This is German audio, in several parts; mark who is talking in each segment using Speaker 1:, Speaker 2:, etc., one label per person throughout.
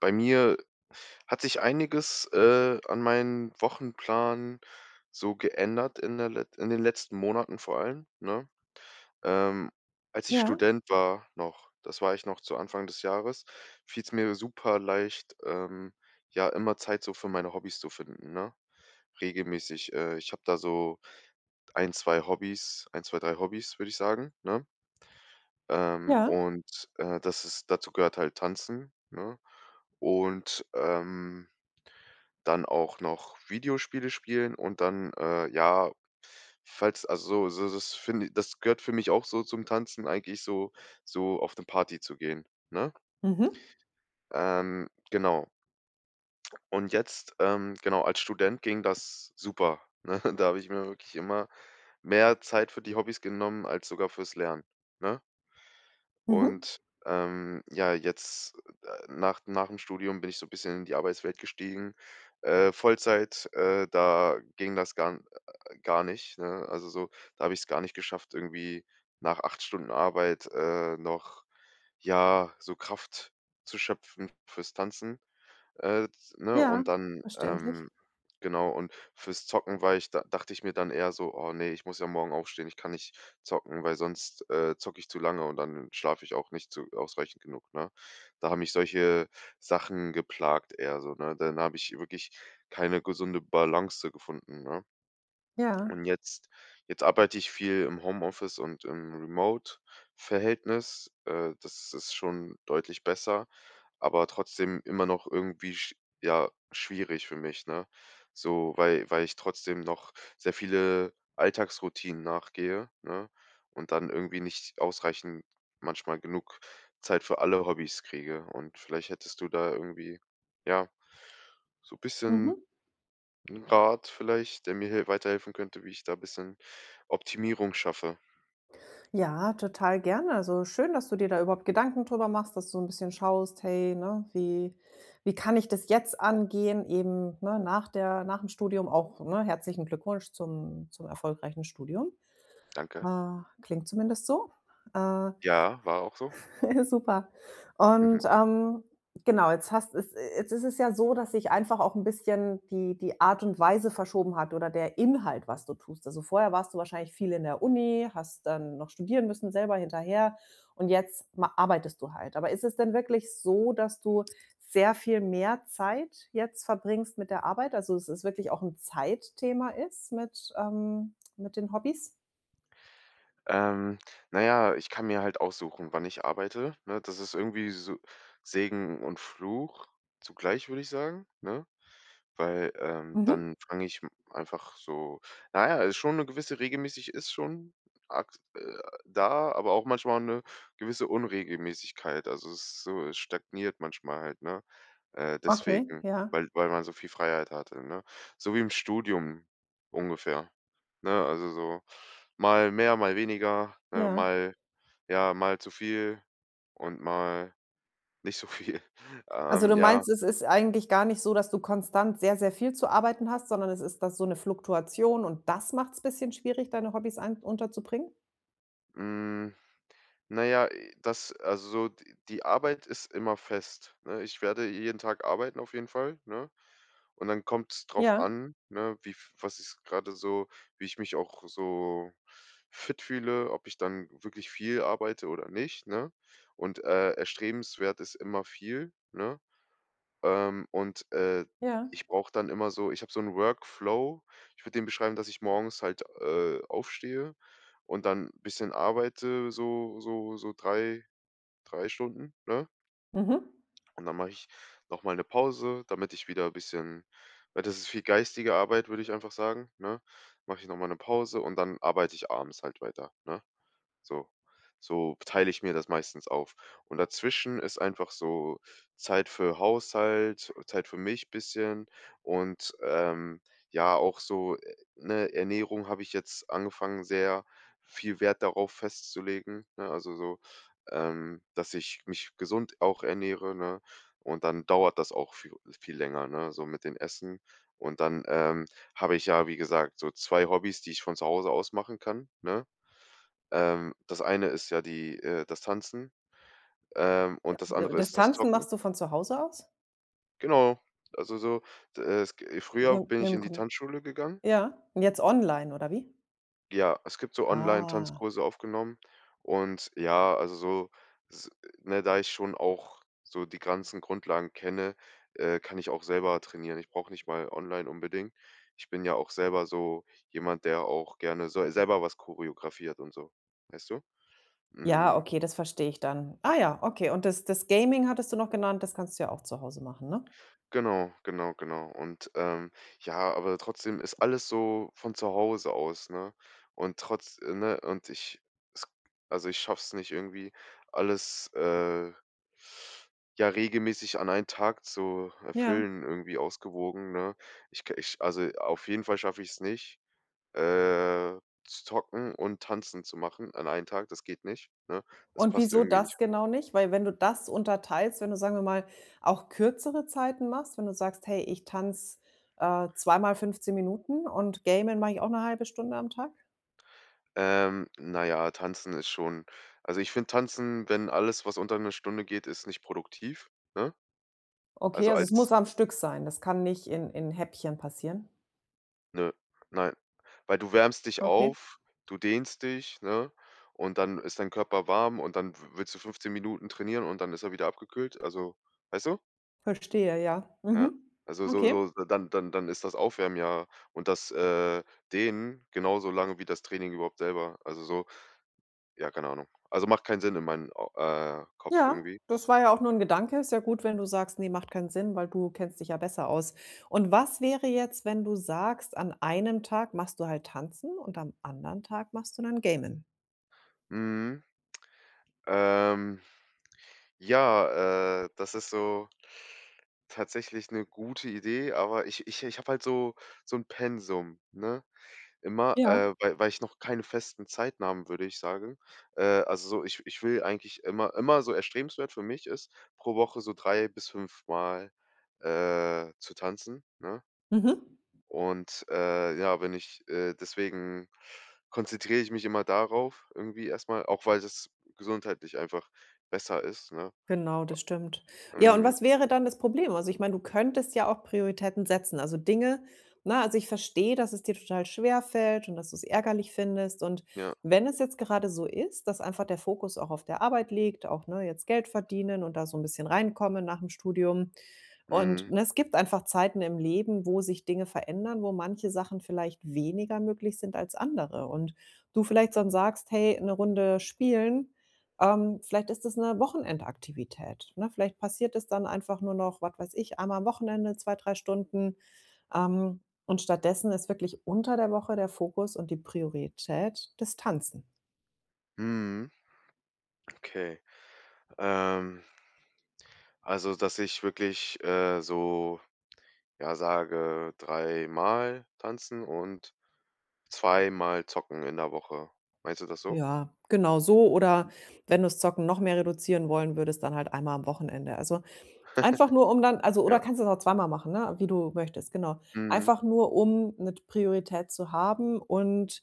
Speaker 1: Bei mir hat sich einiges an meinem Wochenplan so geändert in den letzten Monaten vor allem, ne? Ähm, Als ich
Speaker 2: Ja,
Speaker 1: Student war noch das war ich noch zu Anfang des Jahres, fiel es mir super leicht, ja, immer Zeit so für meine Hobbys zu finden, ne? Regelmäßig ich habe da so ein 2 Hobbys ein 2 3 Hobbys, würde ich sagen, ne?
Speaker 2: ja.
Speaker 1: Und das ist dazu gehört halt Tanzen, ne? Und dann auch noch Videospiele spielen und dann ja, falls also, so das finde ich, das gehört für mich auch so zum Tanzen eigentlich so auf 'ne Party zu gehen, ne?
Speaker 2: Mhm.
Speaker 1: Genau. Und jetzt, genau, als Student ging das super, ne? Da habe ich mir wirklich immer mehr Zeit für die Hobbys genommen als sogar fürs Lernen, ne?
Speaker 2: Mhm.
Speaker 1: Und ja, jetzt nach dem Studium bin ich so ein bisschen in die Arbeitswelt gestiegen. Vollzeit da ging das gar gar nicht, ne? Also, so da habe ich es gar nicht geschafft, irgendwie nach 8 Stunden Arbeit noch, ja, so Kraft zu schöpfen fürs Tanzen. Z Ne,
Speaker 2: Ja,
Speaker 1: und dann,
Speaker 2: verständlich.
Speaker 1: genau, und fürs Zocken war ich da dachte ich mir dann eher so: „Oh nee, ich muss ja morgen aufstehen, ich kann nicht zocken, weil sonst zocke ich zu lange und dann schlafe ich auch nicht zu ausreichend genug", ne? Da haben mich solche Sachen geplagt eher so, ne? Dann habe ich wirklich keine gesunde Balance gefunden, ne?
Speaker 2: Ja.
Speaker 1: Und jetzt arbeite ich viel im Homeoffice und im Remote-Verhältnis. Das ist schon deutlich besser, aber trotzdem immer noch irgendwie sch ja, schwierig für mich, ne? So, weil ich trotzdem noch sehr viele Alltagsroutinen nachgehe, ne, und dann irgendwie nicht ausreichend manchmal genug Zeit für alle Hobbys kriege. Und vielleicht hättest du da irgendwie, ja, so ein
Speaker 2: Mhm.
Speaker 1: bisschen 'n Rat vielleicht, der mir hel weiterhelfen könnte, wie ich da bisschen Optimierung schaffe.
Speaker 2: Ja, total gerne. Also, schön, dass du dir da überhaupt Gedanken drüber machst, dass du so ein bisschen schaust: „Hey, ne, wie kann ich das jetzt angehen?“ Eben, ne, nach dem Studium auch, ne, herzlichen Glückwunsch zum erfolgreichen Studium.
Speaker 1: Danke.
Speaker 2: Klingt zumindest so. Äh
Speaker 1: Ja, war auch so.
Speaker 2: Super.
Speaker 1: Mhm.
Speaker 2: Und, genau, jetzt ist es ja so, dass sich einfach auch ein bisschen die Art und Weise verschoben hat oder der Inhalt, was du tust. Also, vorher warst du wahrscheinlich viel in der Uni, hast dann noch studieren müssen, selber hinterher und jetzt ma arbeitest du halt. Aber ist es denn wirklich so, dass du sehr viel mehr Zeit jetzt verbringst mit der Arbeit? Also, es ist wirklich auch ein Zeitthema ist mit den Hobbys?
Speaker 1: Ähm, na ja, ich kann mir halt aussuchen, wann ich arbeite, ne? Das ist irgendwie so Segen und Fluch zugleich, würde ich sagen, ne? Weil
Speaker 2: Mhm.
Speaker 1: dann fange ich m einfach so na ja, ist schon eine gewisse regelmäßig ist schon ak äh, da, aber auch manchmal eine gewisse Unregelmäßigkeit. Also, es ist so es stagniert manchmal halt, ne?
Speaker 2: Okay,
Speaker 1: Deswegen,
Speaker 2: ja,
Speaker 1: weil man so viel Freiheit hatte, ne? So wie im Studium ungefähr, ne? Also, so mal mehr, mal weniger, ne,
Speaker 2: ja.
Speaker 1: mal ja, mal zu viel und mal nicht so viel.
Speaker 2: Also, du
Speaker 1: Ja,
Speaker 2: meinst, es ist eigentlich gar nicht so, dass du konstant sehr, sehr viel zu arbeiten hast, sondern es ist das so 'ne Fluktuation und das macht's bisschen schwierig, deine Hobbys ein unterzubringen?
Speaker 1: hm na ja das also so d die Arbeit ist immer fest, ne? Ich werde jeden Tag arbeiten auf jeden Fall, ne? Und dann kommt es drauf
Speaker 2: Ja,
Speaker 1: an, ne, wie f was ist gerade so wie ich mich auch so fit fühle, ob ich dann wirklich viel arbeite oder nicht, ne? Und erstrebenswert ist immer viel, ne? Und
Speaker 2: ja.
Speaker 1: ich brauche dann immer so ich habe so einen Workflow. Ich würde den beschreiben, dass ich morgens halt aufstehe und dann ein bisschen arbeite, so drei Stunden, ne?
Speaker 2: Mhm.
Speaker 1: Und dann mache ich noch mal 'ne Pause, damit ich wieder ein bisschen weil das ist viel geistige Arbeit, würde ich einfach sagen, ne? Mache ich noch mal 'ne Pause und dann arbeite ich abends halt weiter, ne? So. So teile ich mir das meistens auf. Und dazwischen ist einfach so Zeit für Haushalt, Zeit für mich bisschen und ja, auch so ne, Ernährung habe ich jetzt angefangen, sehr viel Wert darauf festzulegen, ne? Also so dass ich mich gesund auch ernähre, ne? Und dann dauert das auch viel viel länger, ne, so mit den Essen. Und dann habe ich ja, wie gesagt, so 2 Hobbys, die ich von zu Hause aus machen kann, ne? Das eine ist ja die das Tanzen und das
Speaker 2: D
Speaker 1: andere
Speaker 2: Das
Speaker 1: ist das
Speaker 2: Tanzen
Speaker 1: Zocken.
Speaker 2: machst du von zu Hause aus?
Speaker 1: Genau. Also, so, d es g früher
Speaker 2: Mit
Speaker 1: bin ich
Speaker 2: mit'm
Speaker 1: in die
Speaker 2: Com
Speaker 1: Tanzschule gegangen.
Speaker 2: Ja, und jetzt online oder wie?
Speaker 1: Ja, es gibt so
Speaker 2: Ah.
Speaker 1: Online-Tanzkurse aufgenommen und ja, also, so, s ne, da ich schon auch so die ganzen Grundlagen kenne kann ich auch selber trainieren. Ich brauche nicht mal online unbedingt. Ich bin ja auch selber so jemand, der auch gerne so selber was choreografiert und so, weißt du?
Speaker 2: Ja,
Speaker 1: Mhm.
Speaker 2: okay, das verstehe ich dann. Ah ja, okay. Und das Gaming hattest du noch genannt, das kannst du ja auch zu Hause machen, ne?
Speaker 1: Genau, genau, genau. Und ja, aber trotzdem ist alles so von zu Hause aus, ne? Und trotz ne, und ich es also, ich schaff's nicht irgendwie, alles ja, regelmäßig an einen Tag zu
Speaker 2: Ja.
Speaker 1: erfüllen, irgendwie ausgewogen, ne? Ich k ich Also, auf jeden Fall schaffe ich's nicht, äh, zu zocken und tanzen zu machen an einen Tag. Das geht nicht, ne? Das
Speaker 2: Und
Speaker 1: passt
Speaker 2: wieso
Speaker 1: irgendwie
Speaker 2: das
Speaker 1: nicht.
Speaker 2: genau nicht? Weil wenn du das unterteilst, wenn du, sagen wir mal, auch kürzere Zeiten machst, wenn du sagst: „Hey, ich tanze, zweimal 15 Minuten und gamen mache ich auch eine halbe Stunde am Tag?“
Speaker 1: Na ja, Tanzen ist schon also, ich finde Tanzen, wenn alles, was unter eine Stunde geht, ist nicht produktiv, ne?
Speaker 2: Okay,
Speaker 1: Also,
Speaker 2: also es
Speaker 1: als
Speaker 2: muss am Stück sein. Das kann nicht in Häppchen passieren.
Speaker 1: ne, nein, weil du wärmst dich
Speaker 2: Okay,
Speaker 1: auf, du dehnst dich, ne, und dann ist dein Körper warm und dann w willst du 15 Minuten trainieren und dann ist er wieder abgekühlt. Also, weißt du?
Speaker 2: verstehe, ja.
Speaker 1: Ja.
Speaker 2: Mhm.
Speaker 1: Also, so
Speaker 2: Okay.
Speaker 1: so so, dann ist das Aufwärmen ja und das Dehnen genauso lange wie das Training überhaupt selber. Also, so ja, keine Ahnung. Also, macht keinen Sinn in meinen Au Kopf
Speaker 2: Ja,
Speaker 1: irgendwie.
Speaker 2: das war ja auch nur ein Gedanke. Ist ja gut, wenn du sagst: nee, macht keinen Sinn“, weil du kennst dich ja besser aus. Und was wäre jetzt, wenn du sagst, an einem Tag machst du halt tanzen und am anderen Tag machst du dann gamen?
Speaker 1: Mhm. Ähm, ja das ist so tatsächlich eine gute Idee, aber ich habe halt so ein Pensum, ne? Immer
Speaker 2: Ja,
Speaker 1: weil ich noch keine festen Zeiten haben, würde ich sagen. Also so, ich will eigentlich immer so erstrebenswert für mich ist, pro Woche so 3 bis 5 Mal zu tanzen, ne?
Speaker 2: mhm.
Speaker 1: Und ja, wenn ich deswegen konzentriere ich mich immer darauf irgendwie erstmal auch weil das gesundheitlich einfach besser ist, ne?
Speaker 2: Genau, das stimmt. Ja, und
Speaker 1: Mhm,
Speaker 2: was wäre dann das Problem? Also, ich meine, du könntest ja auch Prioritäten setzen, also Dinge Na, also ich verstehe, dass es dir total schwer fällt und dass du es ärgerlich findest. Und
Speaker 1: ja,
Speaker 2: wenn es jetzt gerade so ist, dass einfach der Fokus auch auf der Arbeit liegt, auch, ne, jetzt Geld verdienen und da so ein bisschen reinkommen nach dem Studium. Und,
Speaker 1: mhm,
Speaker 2: ne, es gibt einfach Zeiten im Leben, wo sich Dinge verändern, wo manche Sachen vielleicht weniger möglich sind als andere. Und du vielleicht dann sagst: „Hey, eine Runde spielen, vielleicht ist es eine Wochenendaktivität, ne? Vielleicht passiert es dann einfach nur noch, was weiß ich, einmal am Wochenende 2, 3 Stunden. Und stattdessen ist wirklich unter der Woche der Fokus und die Priorität das Tanzen.
Speaker 1: mhm, okay. Ähm, also, dass ich wirklich so, ja, sage, dreimal tanzen und zweimal zocken in der Woche. Meinst du das so?
Speaker 2: Ja, genau so oder wenn du's Zocken noch mehr reduzieren wollen würdest, dann halt einmal am Wochenende. Also, einfach nur, um dann also, oder
Speaker 1: Ja,
Speaker 2: kannst du es auch zweimal machen, ne, wie du möchtest, genau.
Speaker 1: mhm,
Speaker 2: Einfach nur, um 'ne Priorität zu haben und,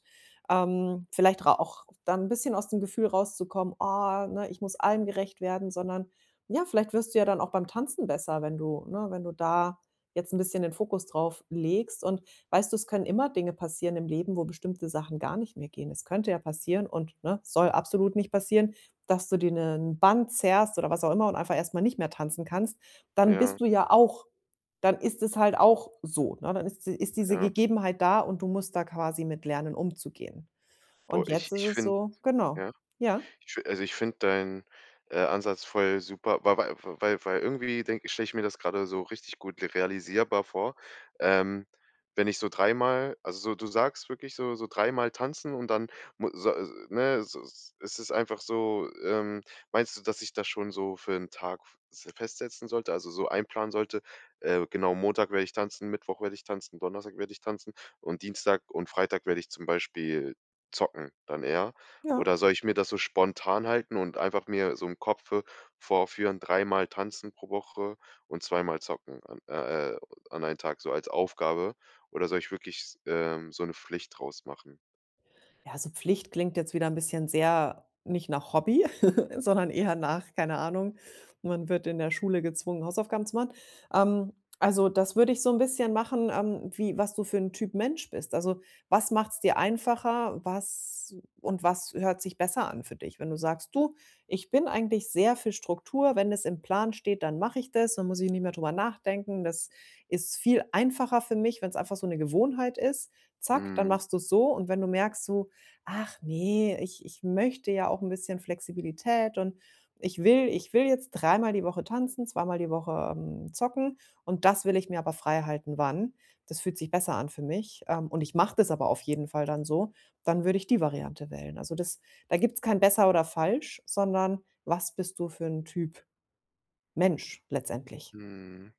Speaker 2: vielleicht ra auch dann 'n bisschen aus dem Gefühl rauszukommen: „Ah, ne, ich muss allen gerecht werden“, sondern ja, vielleicht wirst du ja dann auch beim Tanzen besser, wenn du ne, wenn du da jetzt 'n bisschen den Fokus drauf legst. Und weißt du, es können immer Dinge passieren im Leben, wo bestimmte Sachen gar nicht mehr gehen. Es könnte ja passieren und, ne, soll absolut nicht passieren, dass du dir 'nen Band zerrst oder was auch immer und einfach erst mal nicht mehr tanzen kannst dann
Speaker 1: ja,
Speaker 2: bist du ja auch dann ist es halt auch so, ne? Dann ist diese
Speaker 1: ja.
Speaker 2: Gegebenheit da und du musst da quasi mit lernen, umzugehen.
Speaker 1: Boah,
Speaker 2: Und
Speaker 1: ich
Speaker 2: jetzt ist
Speaker 1: ich
Speaker 2: es
Speaker 1: finde
Speaker 2: so genau.
Speaker 1: ja.
Speaker 2: Ja,
Speaker 1: Ich fi Also, ich finde deinen Ansatz voll super, weil irgendwie denke stelle ich mir das gerade so richtig gut realisierbar vor. Ähm, Wenn ich so dreimal also, so du sagst wirklich so dreimal tanzen und dann mu so ne, so es ist einfach so meinst du, dass ich das schon so für einen Tag se festsetzen sollte, also, so einplanen sollte? Genau, Montag werde ich tanzen, Mittwoch werde ich tanzen, Donnerstag werde ich tanzen und Dienstag und Freitag werde ich zum Beispiel zocken dann eher?
Speaker 2: ja.
Speaker 1: Oder soll ich mir das so spontan halten und einfach mir so im Kopfe vorführen, dreimal tanzen pro Woche und zweimal zocken an einen Tag so als Aufgabe? Oder soll ich wirklich s so eine Pflicht draus machen?
Speaker 2: Ja, so Pflicht klingt jetzt wieder ein bisschen sehr nicht nach Hobby, sondern eher nach, keine Ahnung, man wird in der Schule gezwungen, Hausaufgaben zu machen. Ähm, also, das würde ich so ein bisschen machen, wie was du für 'n Typ Mensch bist. Also, was macht es dir einfacher? Was und was hört sich besser an für dich? Wenn du sagst: „Du, ich bin eigentlich sehr für Struktur. Wenn es im Plan steht, dann mache ich das, dann muss ich nicht mehr drüber nachdenken. Das ist viel einfacher für mich, wenn es einfach so eine Gewohnheit ist.“ Zack, dann
Speaker 1: Mhm,
Speaker 2: machst du es so und wenn du merkst, du Ach nee, ich möchte ja auch ein bisschen Flexibilität und ich will jetzt dreimal die Woche tanzen, zweimal die Woche, zocken und das will ich mir aber frei halten. Wann. Das fühlt sich besser an für mich, und ich mache das aber auf jeden Fall dann so, dann würde ich die Variante wählen. Also, das da gibt's kein besser oder falsch, sondern was bist du für ein Typ Mensch letztendlich.
Speaker 1: mhm.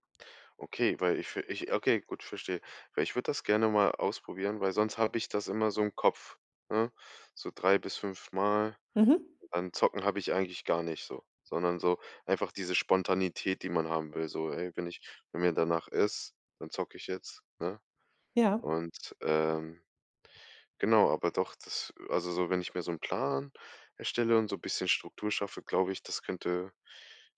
Speaker 1: Okay, weil ich v ich okay, gut, verstehe. Weil ich würde das gerne mal ausprobieren, weil sonst habe ich das immer so im Kopf, ne? So 3 bis 5 Mal.
Speaker 2: Mhm.
Speaker 1: An Zocken habe ich eigentlich gar nicht so, sondern so einfach diese Spontanität, die man haben will. So: „Ey, wenn mir danach ist, dann zocke ich jetzt", ne?
Speaker 2: Ja,
Speaker 1: Und genau, aber doch, das also so, wenn ich mir so einen Plan erstelle und so ein bisschen Struktur schaffe, glaube ich, das könnte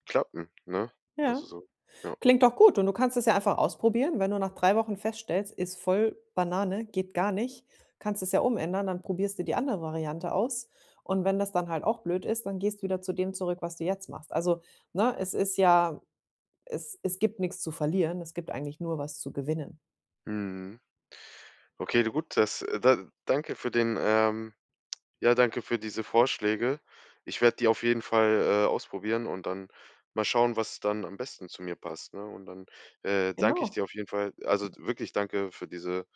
Speaker 1: klappen, ne?
Speaker 2: ja.
Speaker 1: Also so, ja.
Speaker 2: Klingt doch gut und du kannst es ja einfach ausprobieren. Wenn du nach 3 Wochen feststellst: „Ist voll Banane, geht gar nicht“, kannst es ja umändern, dann probierst du die andere Variante aus. Und wenn das dann halt auch blöd ist, dann gehst du wieder zu dem zurück, was du jetzt machst. Also, ne, es ist ja es gibt nichts zu verlieren, es gibt eigentlich nur was zu gewinnen.
Speaker 1: Mhm. Okay, du gut, das da danke für den. Ja, danke für diese Vorschläge. Ich werde die auf jeden Fall ausprobieren und dann mal schauen, was dann am besten zu mir passt, ne? Und dann danke ich
Speaker 2: Genau,
Speaker 1: dir auf jeden Fall. Also, wirklich danke für diese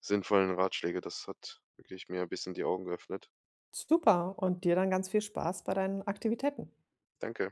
Speaker 1: sinnvollen Ratschläge. Das hat wirklich mir ein bisschen die Augen geöffnet.
Speaker 2: super und dir dann ganz viel Spaß bei deinen Aktivitäten.
Speaker 1: Danke.